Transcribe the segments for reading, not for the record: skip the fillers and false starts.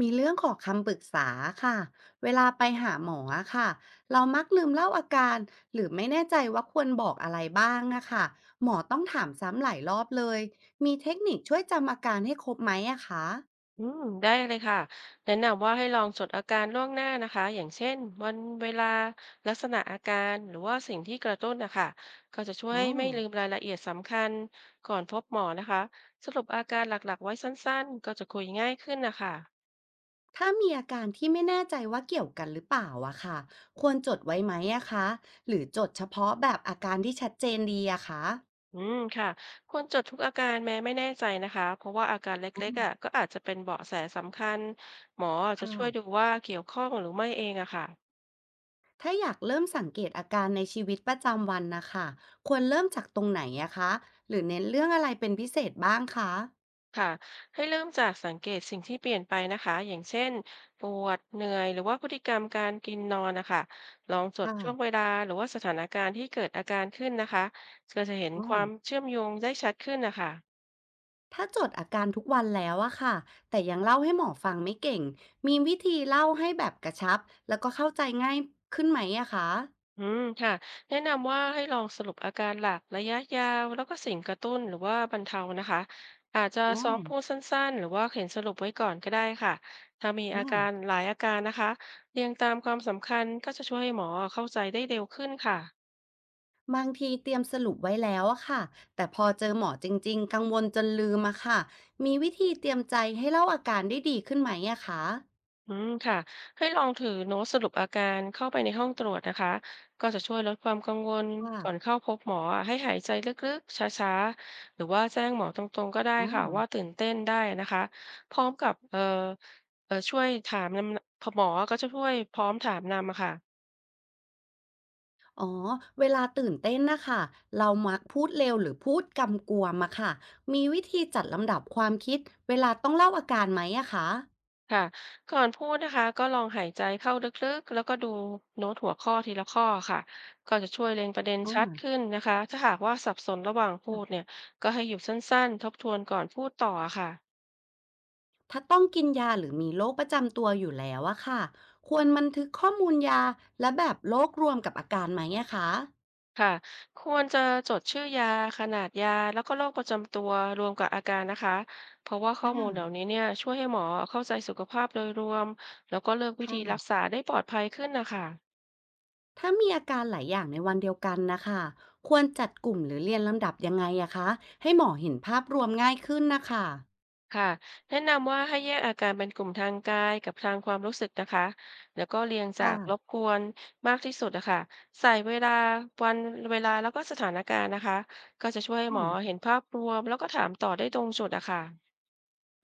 มีเรื่องขอคำปรึกษาค่ะ เวลาไปหาหมออะค่ะเรามักลืมเล่าอาการหรือไม่แน่ใจว่าควรบอกอะไรบ้างอะค่ะหมอต้องถามซ้ำหลายรอบเลยมีเทคนิคช่วยจำอาการให้ครบไหมอะคะอืมได้เลยค่ะแนะนำว่าให้ลองจดอาการล่วงหน้านะคะอย่างเช่นวันเวลาลักษณะอาการหรือว่าสิ่งที่กระตุ้นนะคะก็จะช่วยอ๋ให้อไม่ลืมรายละเอียดสำคัญก่อนพบหมอนะคะสรุปอาการหลักๆไว้สั้นๆก็จะคุยง่ายขึ้นนะคะถ้ามีอาการที่ไม่แน่ใจว่าเกี่ยวกันหรือเปล่าอะค่ะควรจดไว้ไหมอะคะหรือจดเฉพาะแบบอาการที่ชัดเจนดีอะคะอืมค่ะควรจดทุกอาการแม้ไม่แน่ใจนะคะเพราะว่าอาการอ๋อเล็กๆอ่ะก็อาจจะเป็นเบาะแสสำคัญหมออาจคจะช่วยดู่ะ ว่าเกี่ยวข้องหรือไม่เองอะค่ะ ถ้าอยากเริ่มสังเกตอาการในชีวิตประจำวันนะคะควรเริ่มจากตรงไหนอะคะหรือเน้นเรื่องอะไรเป็นพิเศษบ้างคะค่ะให้เริ่มจากสังเกตสิ่งที่เปลี่ยนไปนะคะอย่างเช่นปวดเหนื่อยหรือว่าพฤติกรรมการกินนอนนะคะลองจดช่วงเวค่ะลาหรือว่าสถานการณ์ที่เกิดอาการขึ้นนะคะก็จะเห็นอ๋อความเชื่อมโยงได้ชัดขึ้นนะคะถ้าจดอาการทุกวันแล้วอะค่ะแต่ยังเล่าให้หมอฟังไม่เก่งมีวิธีเล่าให้แบบกระชับแล้วก็เข้าใจง่ายขึ้นไหมอะคะอืมค่ะแนะนำว่าให้ลองสรุปอาการหลักระยะยาวแล้วก็สิ่งกระตุ้นหรือว่าบรรเทานะคะอาจจะอ๋อซ้อมพูดสั้นๆหรือว่าเขียนสรุปไว้ก่อนก็ได้ค่ะถ้ามีอาอ่าการหลายอาการนะคะเรียงตามความสำคัญก็จะช่วยให้หมอเข้าใจได้เร็วขึ้นค่ะ บางทีเตรียมสรุปไว้แล้วอะค่ะแต่พอเจอหมอจริงๆกังวลจนลืมอะค่ะมีวิธีเตรียมใจให้เล่าอาการได้ดีขึ้นไหมอะคะอืมค่ะให้ลองถือโน้ตสรุปอาการเข้าไปในห้องตรวจนะคะก็จะช่วยลดความกังวลก่อนค่ะเข้าพบหมออะให้หายใจลึกๆช้าๆหรือว่าแจ้งหมอตรงๆก็ได้อ๋อ ค่ะว่าตื่นเต้นได้นะคะพร้อมกับช่วยถามนำอหมอก็จะช่วยพร้อมถามนำอะค่ะ อ๋อเวลาตื่นเต้นนะคะเรามักพูดเร็วหรือพูดกำกวมอะค่ะมีวิธีจัดลำดับความคิดเวลาต้องเล่าอาการไหมอะคะค่ะก่อนพูดนะคะก็ลองหายใจเข้าลึกๆแล้วก็ดูโน้ตหัวข้อทีละข้อค่ะก็จะช่วยเล็งประเด็นอาชัดขึ้นนะคะถ้าหากว่าสับสนระหว่างพูดเนี่ค่ะยก็ให้หยุดสั้นๆทบทวนก่อนพูดต่อค่ะถ้าต้องกินยาหรือมีโรคประจำตัวอยู่แล้วอะค่ะควรบันทึกข้อมูลยาและแบบโรครวมกับอาการไหมอะคะค่ะควรจะจดชื่อยาขนาดยาแล้วก็โรคประจำตัวรวมกับอาการนะคะเพราะว่าข้ออมูลเหล่าานี้เนี่ยช่วยให้หมอเข้าใจสุขภาพโดยรวมแล้วก็เลือกวิธีรักค่ะษาได้ปลอดภัยขึ้นนะคะ ถ้ามีอาการหลายอย่างในวันเดียวกันนะคะควรจัดกลุ่มหรือเรียนลำดับยังไงอะคะให้หมอเห็นภาพรวมง่ายขึ้นนะคะค่ะแนะนำว่าให้แยกอาการเป็นกลุ่มทางกายกับทางความรู้สึกนะคะ แล้วก็เรียงคจากรบ่ะ กวนมากที่สุดนะคะ ใส่เวลาวันเวลาแล้วก็สถานการณ์นะคะ ก็จะช่วยให้หมอเห็นภาพรวมแล้วก็ถามต่อได้ตรงจุดอะค่ะ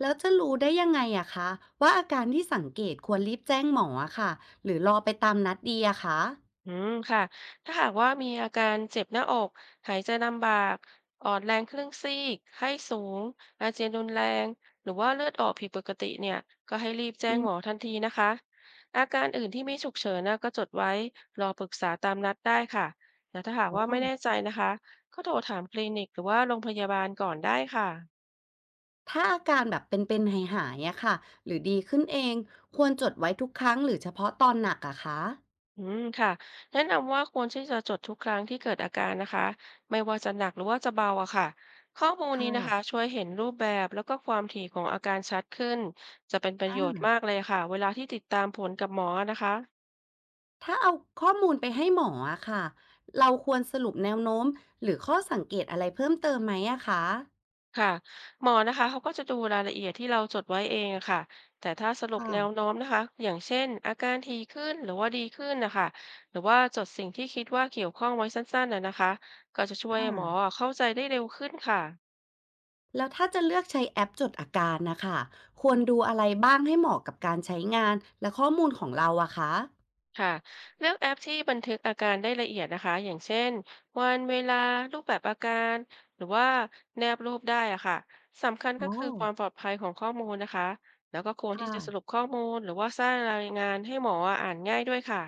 แล้วจะรู้ได้ยังไงอะคะว่าอาการที่สังเกตควรรีบแจ้งหมออะค่ะหรือรอไปตามนัดดีอะคะอืมค่ะ ถ้าหากว่ามีอาการเจ็บหน้าอก หายใจลำบากอ่อนแรงครึ่งซีกไข้สูง อาเจียนรุนแรง หรือว่าเลือดออกผิดปกติเนี่ย ก็ให้รีบแจ้อืงหมอมทันทีนะคะ อาการอื่นที่ไม่ฉุกเฉินนะก็จดไว้รอปรึกษาตามนัดได้ค่ะแต่ถ้าหากอ๋อว่าไม่แน่ใจนะคะก็โทรถามคลินิกหรือว่าโรงพยาบาลก่อนได้ค่ะ ถ้าอาการแบบเป็นๆหายๆอะค่ะหรือดีขึ้นเองควรจดไว้ทุกครั้งหรือเฉพาะตอนหนักอะคะอืมค่ะแนะนำว่าควรที่จะจดทุกครั้งที่เกิดอาการนะคะไม่ว่าจะหนักหรือว่าจะเบาอะค่ะข้อมูลคนี้นะคะ่ะช่วยเห็นรูปแบบแล้วก็ความถี่ของอาการชัดขึ้นจะเป็นประอโยชน์ามากเลยค่ะเวลาที่ติดตามผลกับหมอนะคะถ้าเอาข้อมูลไปให้หมออะค่ะเราควรสรุปแนวโน้มหรือข้อสังเกตอะไรเพิ่มเติมไหมอะคะค่ะหมอนะคะเขาก็จะดูรายละเอียดที่เราจดไว้เองอะค่ะแต่ถ้าสรุปค่ะแนวโน้มนะคะอย่างเช่นอาการทีขึ้นหรือว่าดีขึ้นนะคะหรือว่าจดสิ่งที่คิดว่าเกี่ยวข้องไว้สั้นๆนะคะก็จะช่วอยหมอา เข้าใจได้เร็วขึ้นค่ะ แล้วถ้าจะเลือกใช้แอปจดอาการนะคะควรดูอะไรบ้างให้เหมาะกับการใช้งานและข้อมูลของเราอะคะค่ะเลือกแอปที่บันทึกอาการได้ละเอียดนะคะอย่างเช่นวันเวลารูปแบบอาการหรือว่าแนบรูปได้อะค่ะสำคัญอ๋ก็อคือความปลอดภัยของข้อมูลนะคะแล้วก็ควรที่ค่ะจะสรุปข้อมูลหรือว่าสร้างรายงานให้หมออ่านง่ายด้วยค่ะ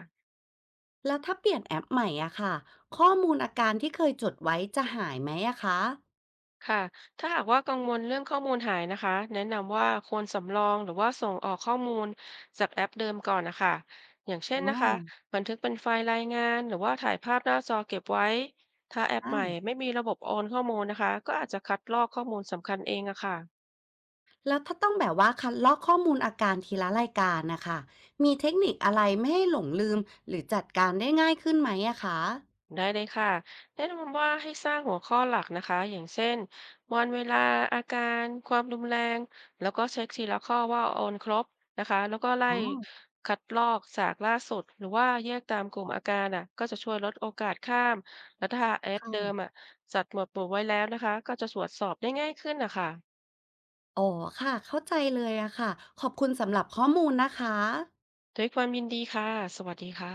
แล้วถ้าเปลี่ยนแอปใหม่อะค่ะข้อมูลอาการที่เคยจดไว้จะหายไหมอะคะค่ะถ้าหากว่ากังวลเรื่องข้อมูลหายนะคะแนะนำว่าควรสำรองหรือว่าส่งออกข้อมูลจากแอปเดิมก่อนนะคะอย่างเช่นอ๋อนะคะบันทึกเป็นไฟล์รายงานหรือว่าถ่ายภาพหน้าจอเก็บไว้ ถ้าแอปอาใหม่ไม่มีระบบโอนข้อมูลนะคะก็อาจจะคัดลอกข้อมูลสำคัญเองอะค่ะ แล้วถ้าต้องแบบว่าคัดลอกข้อมูลอาการทีละรายการนะคะมีเทคนิคอะไรไม่ให้หลงลืมหรือจัดการได้ง่ายขึ้นไหมอะคะได้เลยค่ะแนะนำว่าให้สร้างหัวข้อหลักนะคะ อย่างเช่น วันเวลา อาการ ความรุนแรง แล้วก็เช็คทีละข้อว่าโอนครบนะคะ แล้วก็ไล่อ๋อคัดลอกจากล่าสุดหรือว่าแยกตามกลุ่มอาการอ่ะก็จะช่วยลดโอกาสข้ามแล้วถ้าแอคปเดิมอ่ะ่ะจัดหมวดหมู่ไว้แล้วนะคะ ก็จะตรวจสอบได้ง่ายขึ้นนะคะอ๋อค่ะเข้าใจเลยอะค่ะขอบคุณสำหรับข้อมูลนะคะด้วยความยินดีค่ะ สวัสดีค่ะ